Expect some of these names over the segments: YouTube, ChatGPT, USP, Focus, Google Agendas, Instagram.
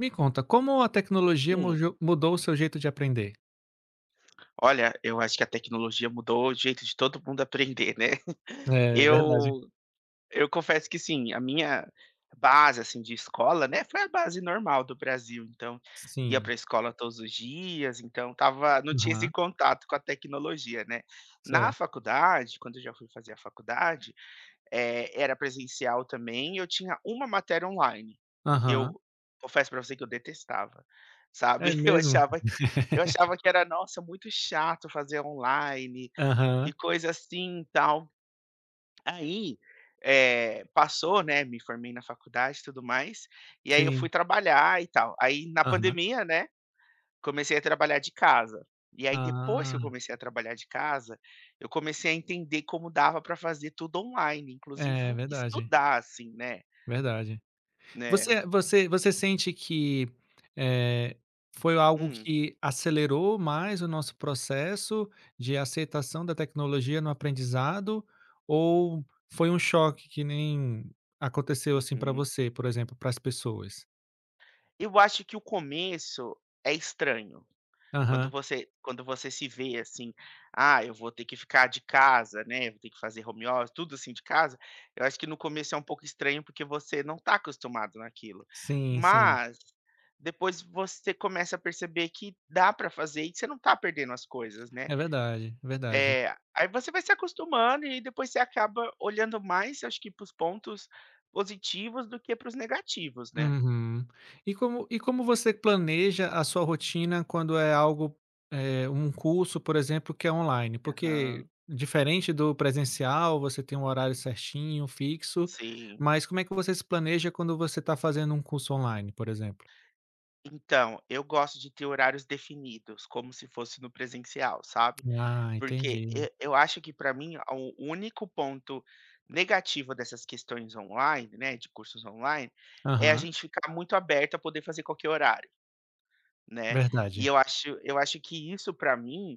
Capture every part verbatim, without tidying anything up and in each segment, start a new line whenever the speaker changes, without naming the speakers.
Me conta, como a tecnologia
Hum.
mujo mudou o seu jeito de aprender?
Olha, eu acho que a tecnologia mudou o jeito de todo mundo aprender, né.
É verdade.
Eu eu confesso que sim, a minha base, assim, de escola, né, foi a base normal do Brasil, então, ia
Sim.
para a escola todos os dias, então tava, não tinha esse
Aham,
contato com a tecnologia, né. Na
certo.
faculdade, quando eu já fui fazer a faculdade, Eh, era presencial também e eu tinha uma matéria online, que
Aham.
eu confesso para você que eu detestava, sabe.
É
Eu
mesmo?
achava eu achava que era, nossa, muito chato fazer online,
Aham,
que coisa assim, e tal. Aí, eh, passou, né, me formei na faculdade e tudo mais, e aí eu fui
sim.
trabalhar e tal. Aí na
Aham.
pandemia, né. Comecei a trabalhar de casa. E aí depois que eu
Ah,
comecei a trabalhar de casa, eu comecei a entender como dava para fazer tudo online,
é
inclusive
verdade,
estudar, assim, né,
verdade.
né.
Você você você sente que, eh, foi algo
Hum,
que acelerou mais o nosso processo de aceitação da tecnologia no aprendizado, ou foi um choque que nem aconteceu, assim, para
uhum.
você, por exemplo, para as pessoas?
Eu acho que o começo é estranho. Quando
Aham.
você quando você se vê assim: "Ah, eu vou ter que ficar de casa, né, vou ter que fazer home office", tudo assim de casa, eu acho que no começo é um pouco estranho, porque você não está acostumado naquilo.
Sim, sim.
Mas depois você começa a perceber que dá para fazer e que você não está perdendo as coisas, né.
É verdade, é verdade.
É, aí você vai se acostumando e depois você acaba olhando mais, acho que para os pontos positivos do que para os negativos, né.
Uhum. E como e como você planeja a sua rotina quando é algo, eh, um curso, por exemplo, que é online? Porque
Aham,
diferente do presencial, você tem um horário certinho, fixo,
sim.
mas como é que você se planeja quando você está fazendo um curso online, por exemplo?
Então, eu gosto de ter horários definidos, como se fosse no presencial, sabe.
Ah,
Porque
entendi.
e eu acho que para mim a o único ponto negativo dessas questões online, né, de cursos online, é a
Aham,
gente ficar muito aberto a poder fazer qualquer horário. Né, e
verdade.
eu acho eu acho que isso para mim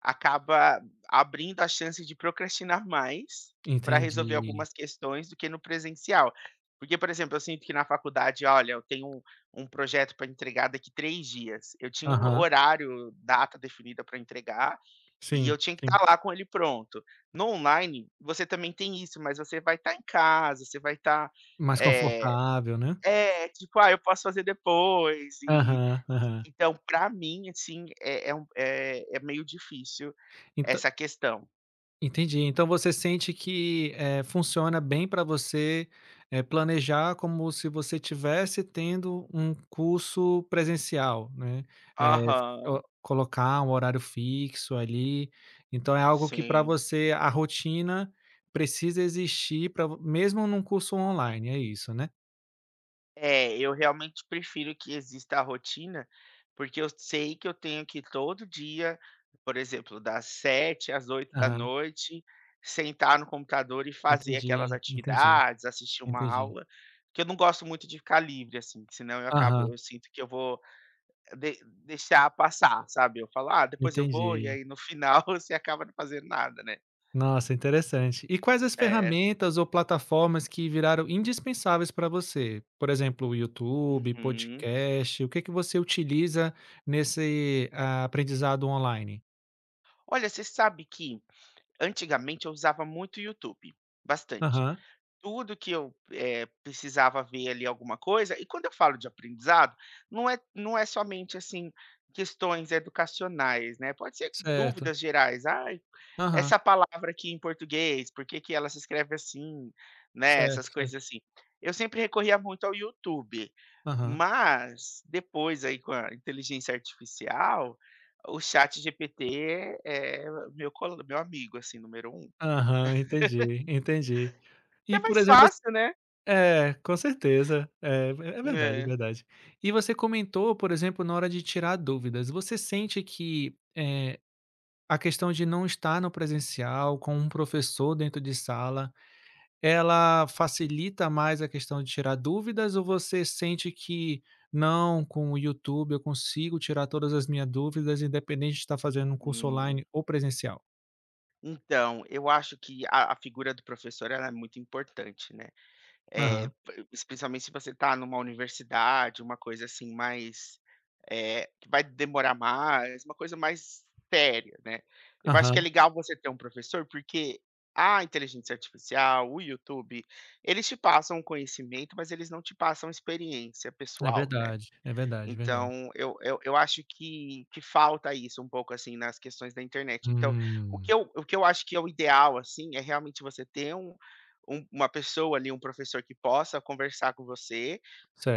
acaba abrindo a chance de procrastinar mais para resolver
Entendi.
algumas questões do que no presencial. Porque, por exemplo, eu sinto que na faculdade, olha, eu tenho um um projeto para entregar daqui três dias. Eu tinha um
Aham,
horário, data definida para entregar, e
sim,
eu tinha que estar
sim.
lá com ele pronto. No online, você também tem isso, mas você vai estar em casa, você vai estar,
Mais confortável, né?
é, tipo: "Ah, eu posso fazer depois", e
Aham,
e-
aham.
então pra mim, assim, é é um é é meio difícil
Então.
essa questão.
Entendi. Então você sente que, eh, funciona bem para você, eh, planejar como se você tivesse tendo um curso presencial, né, eh,
Aham,
o colocar um horário fixo ali, então é algo que para
sim.
você a rotina precisa existir para, mesmo num curso online, é isso, né?
É, eu realmente prefiro que exista a rotina, porque eu sei que eu tenho que todo dia, por exemplo, das sete às oito da
Aham.
noite, sentar no computador e fazer aquelas
Entendi, entendi,
atividades, assistir uma
entendi.
aula, que eu não gosto muito de ficar livre, assim, que senão eu acabo
Aham,
eu sinto que eu vou De deixar passar, sabe. Eu falo: "Ah, depois eu vou", e
entendi.
aí no final você acaba não fazendo nada, né.
Nossa, interessante. E quais as
É.
ferramentas ou plataformas que viraram indispensáveis para você? Por exemplo, o YouTube,
Uhum.
podcast, o que que você utiliza nesse, ah, aprendizado online?
Olha, você sabe que antigamente eu usava muito o YouTube, bastante.
Aham,
Tudo que eu, eh, precisava ver ali alguma coisa. E quando eu falo de aprendizado, não é não é somente, assim, questões educacionais, né, pode ser
certo.
dúvidas gerais. "Ai,
Aham,
essa palavra aqui em português, por que que ela se escreve assim?", né, essas
certo, certo.
coisas assim. Eu sempre recorria muito ao YouTube,
Aham.
mas depois aí com a inteligência artificial, o ChatGPT é meu cole meu amigo, assim, número um.
Aham, entendi, entendi. E,
É
por
mais
exemplo, você
fácil, né.
é, com certeza. É, é verdade, é
É.
verdade. E você comentou, por exemplo, na hora de tirar dúvidas, você sente que, eh, a questão de não estar no presencial, com um professor dentro de sala, ela facilita mais a questão de tirar dúvidas ou você sente que: "Não, com o YouTube eu consigo tirar todas as minhas dúvidas, independente de estar fazendo um curso
Hum.
online ou presencial"?
Então, eu acho que a a figura do professor ela é muito importante, né. Eh,
Aham,
p Especialmente se você está numa universidade, uma coisa assim mais, eh, que vai demorar mais, uma coisa mais séria, né. Eu acho que é
aham.
legal você ter um professor, porque a inteligência artificial, o YouTube, eles te passam conhecimento, mas eles não te passam experiência
É
pessoal, né.
verdade, é verdade, é verdade.
Então, eu eu eu acho que que falta isso um pouco, assim, nas questões da internet. Então, o que
Hum,
eu o que eu acho que é o ideal, assim, é realmente você ter um um uma pessoa ali, um professor que possa conversar com você,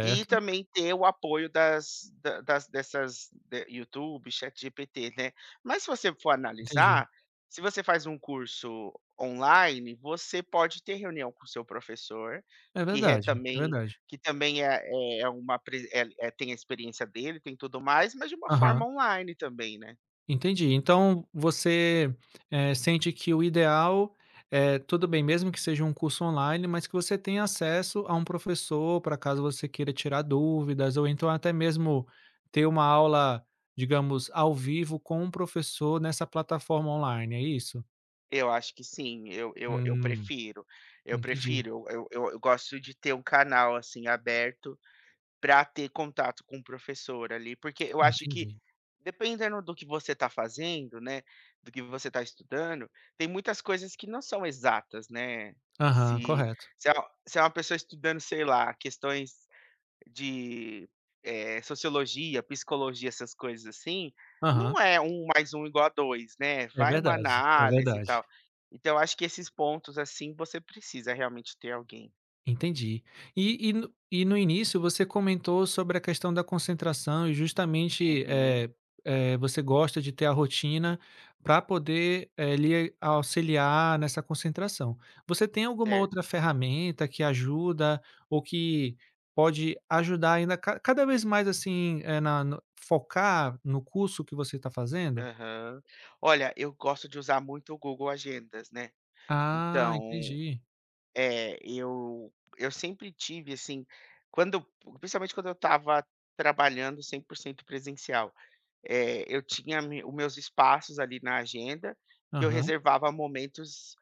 e também ter o apoio das da das dessas de YouTube, ChatGPT, né. Mas se você for
entendi.
analisar, se você faz um curso online, você pode ter reunião com o seu professor,
É
que é
verdade, é
também
verdade.
que também é é é uma pre é é tem a experiência dele, tem tudo mais, mas de uma forma
Aham.
online também, né.
Entendi. Então você, eh, sente que o ideal é, tudo bem, mesmo que seja um curso online, mas que você tenha acesso a um professor para caso você queira tirar dúvidas, ou então até mesmo ter uma aula, digamos, ao vivo com um professor nessa plataforma online, é isso?
Eu acho que sim, eu eu eu
Hum,
prefiro, eu
entendi,
prefiro, eu eu eu eu gosto de ter um canal, assim, aberto para ter contato com o professor ali, porque eu acho que
entendi.
dependendo do que você está fazendo, né, do que você está estudando, tem muitas coisas que não são exatas, né.
Aham,
Se
correto.
se é se é uma pessoa estudando, sei lá, questões de, eh, sociologia, psicologia, essas coisas assim,
Aham,
não é um mais um igual a dois, né,
é
vai uma
verdade, é
análise e
verdade.
tal. Então eu acho que esses pontos, assim, você precisa realmente ter alguém.
Entendi. E e no e no início você comentou sobre a questão da concentração e justamente,
Uhum,
eh eh, você gosta de ter a rotina para poder, eh, lhe auxiliar nessa concentração. Você tem alguma outra
certo.
ferramenta que ajuda ou que pode ajudar ainda ca cada vez mais, assim, eh, na no focar no curso que você está fazendo?
Aham. Olha, eu gosto de usar muito o Google Agendas, né.
Ah,
Então,
entendi.
eh, eu eu sempre tive, assim, quando principalmente quando eu estava trabalhando cem por cento presencial. Eh, eu tinha me os meus espaços ali na agenda, que eu
Aham,
reservava momentos,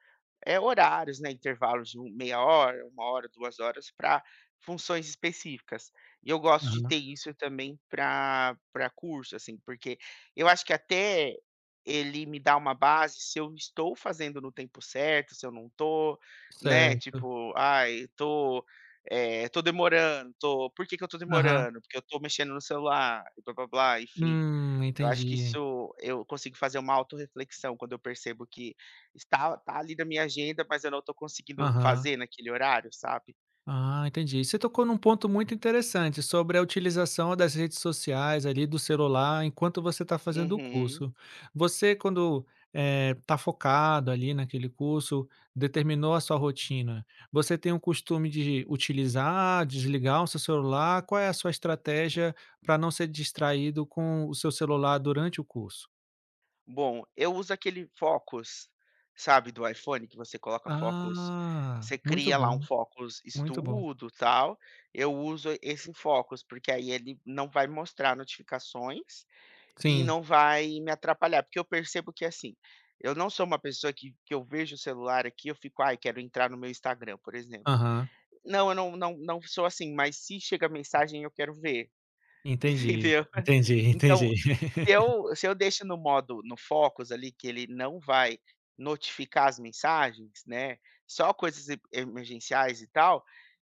eh, horários, né, intervalos de um meia hora, uma hora, duas horas para funções específicas. E eu gosto de
aham.
ter isso também para para curso, assim, porque eu acho que até ele me dá uma base se eu estou fazendo no tempo certo, se eu não tô, né,
Certo.
tipo: "Ai, tô, eh, tô demorando, tô por que que eu tô
Aham.
demorando? Porque eu tô mexendo no celular", e blá-blá-blá, enfim.
Hum,
Eu acho que
entendi.
isso eu consigo fazer uma autorreflexão quando eu percebo que está tá ali na minha agenda, mas eu não estou conseguindo
Aham.
fazer naquele horário, sabe.
Ah, entendi. E você tocou num ponto muito interessante sobre a utilização das redes sociais ali do celular enquanto você está fazendo o
Uhum.
curso. Você, quando está focado ali naquele curso, determinou a sua rotina. Você tem o costume de utilizar, desligar o seu celular? Qual é a sua estratégia para não ser distraído com o seu celular durante o curso?
Bom, eu uso aquele Focus, sabe, do iPhone, que você coloca Focus,
Ah,
você
muito
cria lá um
bom,
Focus
muito bom.
Estudo, tal. Eu uso esse Focus, porque aí ele não vai mostrar notificações, e
Sim,
não vai me atrapalhar, porque eu percebo que, assim, eu não sou uma pessoa que que eu vejo o celular aqui, eu fico: "Ai, quero entrar no meu Instagram", por exemplo.
aham.
Não, eu não não não sou assim, mas se chega mensagem, eu quero ver,
Entendi,
entendeu?
entendi,
Então,
entendi.
se eu se eu deixo no modo no Focus ali, que ele não vai notificar as mensagens, né, só coisas e emergenciais e tal,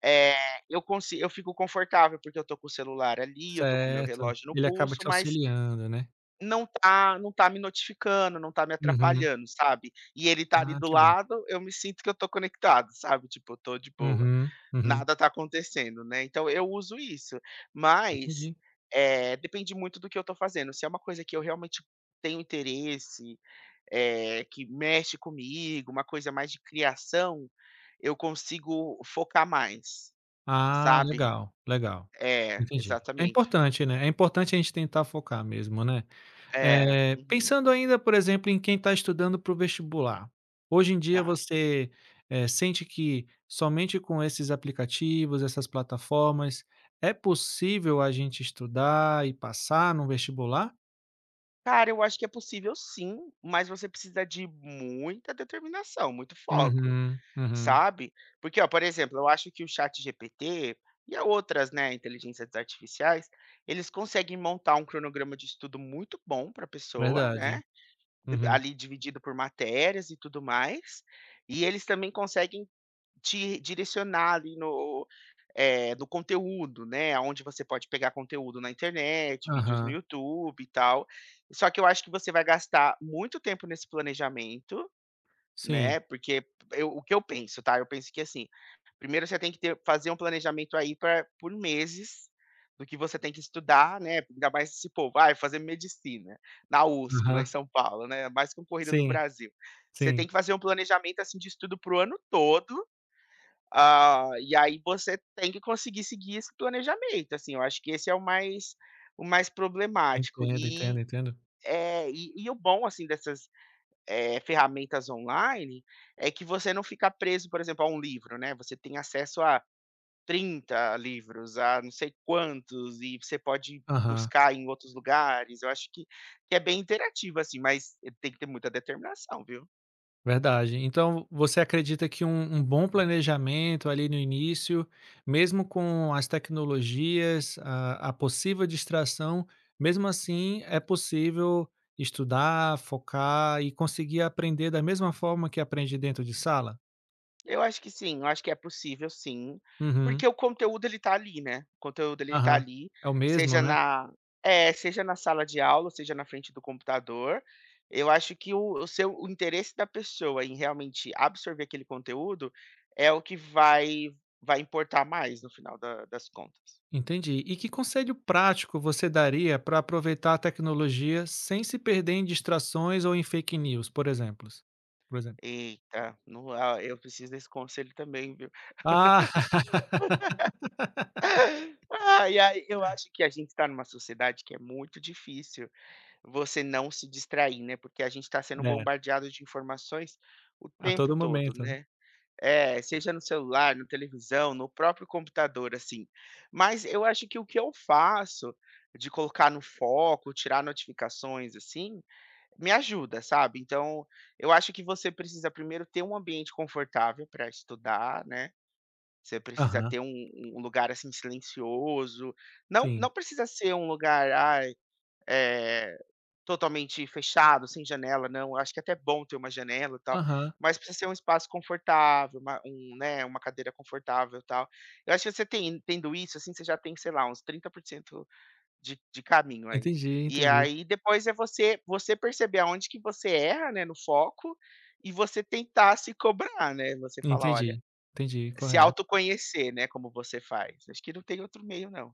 é eu consi eu fico confortável, porque eu tô com o celular ali, eu tô com o meu
Certo.
relógio no
Ele acaba
pulso,
te
mas
auxiliando, né.
não tá não tá me notificando, não tá me
Uhum.
atrapalhando, sabe. E ele tá ali
Ah,
do
que bom.
lado, eu me sinto que eu tô conectado, sabe, tipo, eu tô de boa,
Uhum, uhum.
nada tá acontecendo, né. Então eu uso isso, mas,
Entendi.
eh, depende muito do que eu tô fazendo, se é uma coisa que eu realmente tenho interesse, eh, que mexe comigo, uma coisa mais de criação, eu consigo focar mais,
Ah,
sabe.
legal, legal.
É,
Entendi. É
exatamente.
importante, né, é importante a gente tentar focar mesmo, né.
É,
Eh,
uhum,
pensando ainda, por exemplo, em quem está estudando para o vestibular. Hoje em dia
tá.
você, eh, sente que somente com esses aplicativos, essas plataformas, é possível a gente estudar e passar no vestibular?
Cara, eu acho que é possível sim, mas você precisa de muita determinação, muito foco,
Uhum, uhum.
sabe. Porque, ó, por exemplo, eu acho que o Chat ChatGPT e a outras, né, inteligências artificiais, eles conseguem montar um cronograma de estudo muito bom para a pessoa,
Verdade.
né, d
Uhum.
ali dividido por matérias e tudo mais, e eles também conseguem te direcionar ali no eh, do conteúdo, né, aonde você pode pegar conteúdo na internet, vídeos no
Aham.
YouTube e tal. Só que eu acho que você vai gastar muito tempo nesse planejamento,
Sim.
né, porque eu o que eu penso, tá, eu penso que, assim, primeiro você tem que ter fazer um planejamento aí pra por meses do que você tem que estudar, né, ainda mais se pô, vai fazer medicina na U S P, lá em
Aham.
São Paulo, né, mais concorrida do
Sim,
Brasil. Você tem
sim.
que fazer um planejamento, assim, de estudo pro ano todo. Ah, e aí você tem que conseguir seguir esse planejamento, assim, eu acho que esse é o mais o mais problemático.
Entendo, entendo,
E,
entendo.
eh, e e o bom, assim, dessas, eh, ferramentas online, é que você não fica preso, por exemplo, a um livro, né, você tem acesso a trinta livros, a não sei quantos, e você pode
Aham.
buscar em outros lugares, eu acho que que é bem interativo, assim, mas eh, tem que ter muita determinação, viu.
Verdade. Então você acredita que um um bom planejamento ali no início, mesmo com as tecnologias, a a possível distração, mesmo assim é possível estudar, focar e conseguir aprender da mesma forma que aprende dentro de sala?
Eu acho que sim, eu acho que é possível sim, porque
Uhum.
o conteúdo ele tá ali, né, o conteúdo ele tá
Aham.
ali,
É o mesmo,
seja
né?
na é, seja na sala de aula, seja na frente do computador, eu acho que o o seu o interesse da pessoa em realmente absorver aquele conteúdo, é o que vai vai importar mais no final da das contas.
Entendi. E que conselho prático você daria para aproveitar a tecnologia sem se perder em distrações ou em fake news, por exemplo? Por exemplo.
Eita, no ah, eu preciso desse conselho também, viu.
Ah,
Ai, ai, eu acho que a gente está numa sociedade que é muito difícil você não se distrair, né, porque a gente está sendo
é,
bombardeado de informações o
a
tempo
todo
todo,
momento, né.
né. É, seja no celular, na televisão, no próprio computador, assim. Mas eu acho que o que eu faço de colocar no foco, tirar notificações, assim, me ajuda, sabe. Então, eu acho que você precisa primeiro ter um ambiente confortável para estudar, né, você precisa
Aham,
ter um um lugar, assim, silencioso, não não
sim.
precisa ser um lugar, ai, eh totalmente fechado, sem janela, não. Eu acho que é até bom ter uma janela e tal,
Aham,
mas precisa ser um espaço confortável, uma um, né, uma cadeira confortável e tal. Eu acho que você tem tendo isso, assim, você já tem, sei lá, uns trinta por cento de de caminho aí.
entendi,
E
entendi.
aí depois é você você perceber aonde que você erra, né, no foco, e você tentar se cobrar, né, você falar: "Olha",
Entendi, entendi,
se
correto.
autoconhecer, né, como você faz. Acho que não tem outro meio não.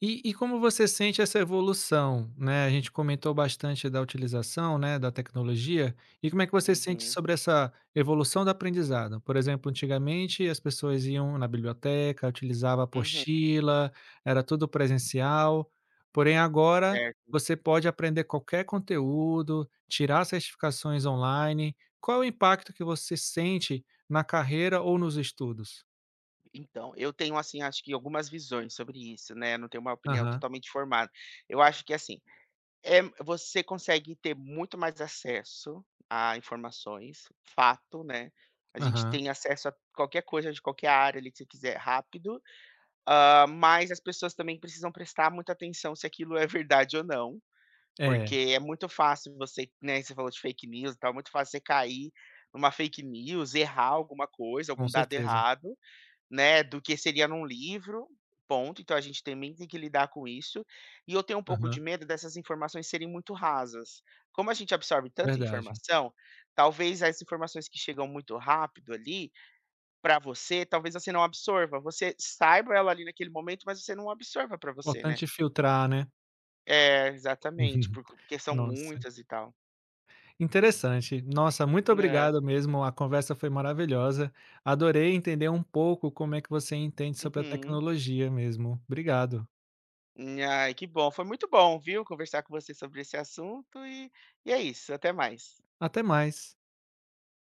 E e como você sente essa evolução, né, a gente comentou bastante da utilização, né, da tecnologia, e como é que você sente
Uhum,
sobre essa evolução do aprendizado? Por exemplo, antigamente as pessoas iam na biblioteca, utilizava
uhum.
apostila, era tudo presencial, porém agora
Certo.
você pode aprender qualquer conteúdo, tirar certificações online. Qual é o impacto que você sente na carreira ou nos estudos?
Então, eu tenho, assim, acho que algumas visões sobre isso, né, não tenho uma opinião
Aham,
totalmente formada. Eu acho que, assim, é você consegue ter muito mais acesso a informações, fato, né, a gente
aham.
tem acesso a qualquer coisa de qualquer área ali que você quiser rápido, ah mas as pessoas também precisam prestar muita atenção se aquilo é verdade ou não,
É,
porque é muito fácil você, né, você falou de fake news e tal, é muito fácil você cair numa fake news, errar alguma coisa,
com
algum dado
certeza.
errado, né, do que seria num livro, ponto, então a gente também tem que lidar com isso. E eu tenho um pouco de
Aham.
medo dessas informações serem muito rasas. Como a gente absorve tanta
Verdade.
informação, talvez as informações que chegam muito rápido ali para você, talvez você não absorva. Você saiba ela ali naquele momento, mas você não absorva para você, né.
Importante filtrar, né.
É, exatamente, por porque são
Nossa,
muitas e tal.
interessante. Nossa, muito
É,
obrigado mesmo, a conversa foi maravilhosa. Adorei entender um pouco como é que você entende sobre a
uhum.
tecnologia mesmo. Obrigado.
Ai, que bom, foi muito bom, viu, conversar com você sobre esse assunto e e é isso, até mais.
Até mais.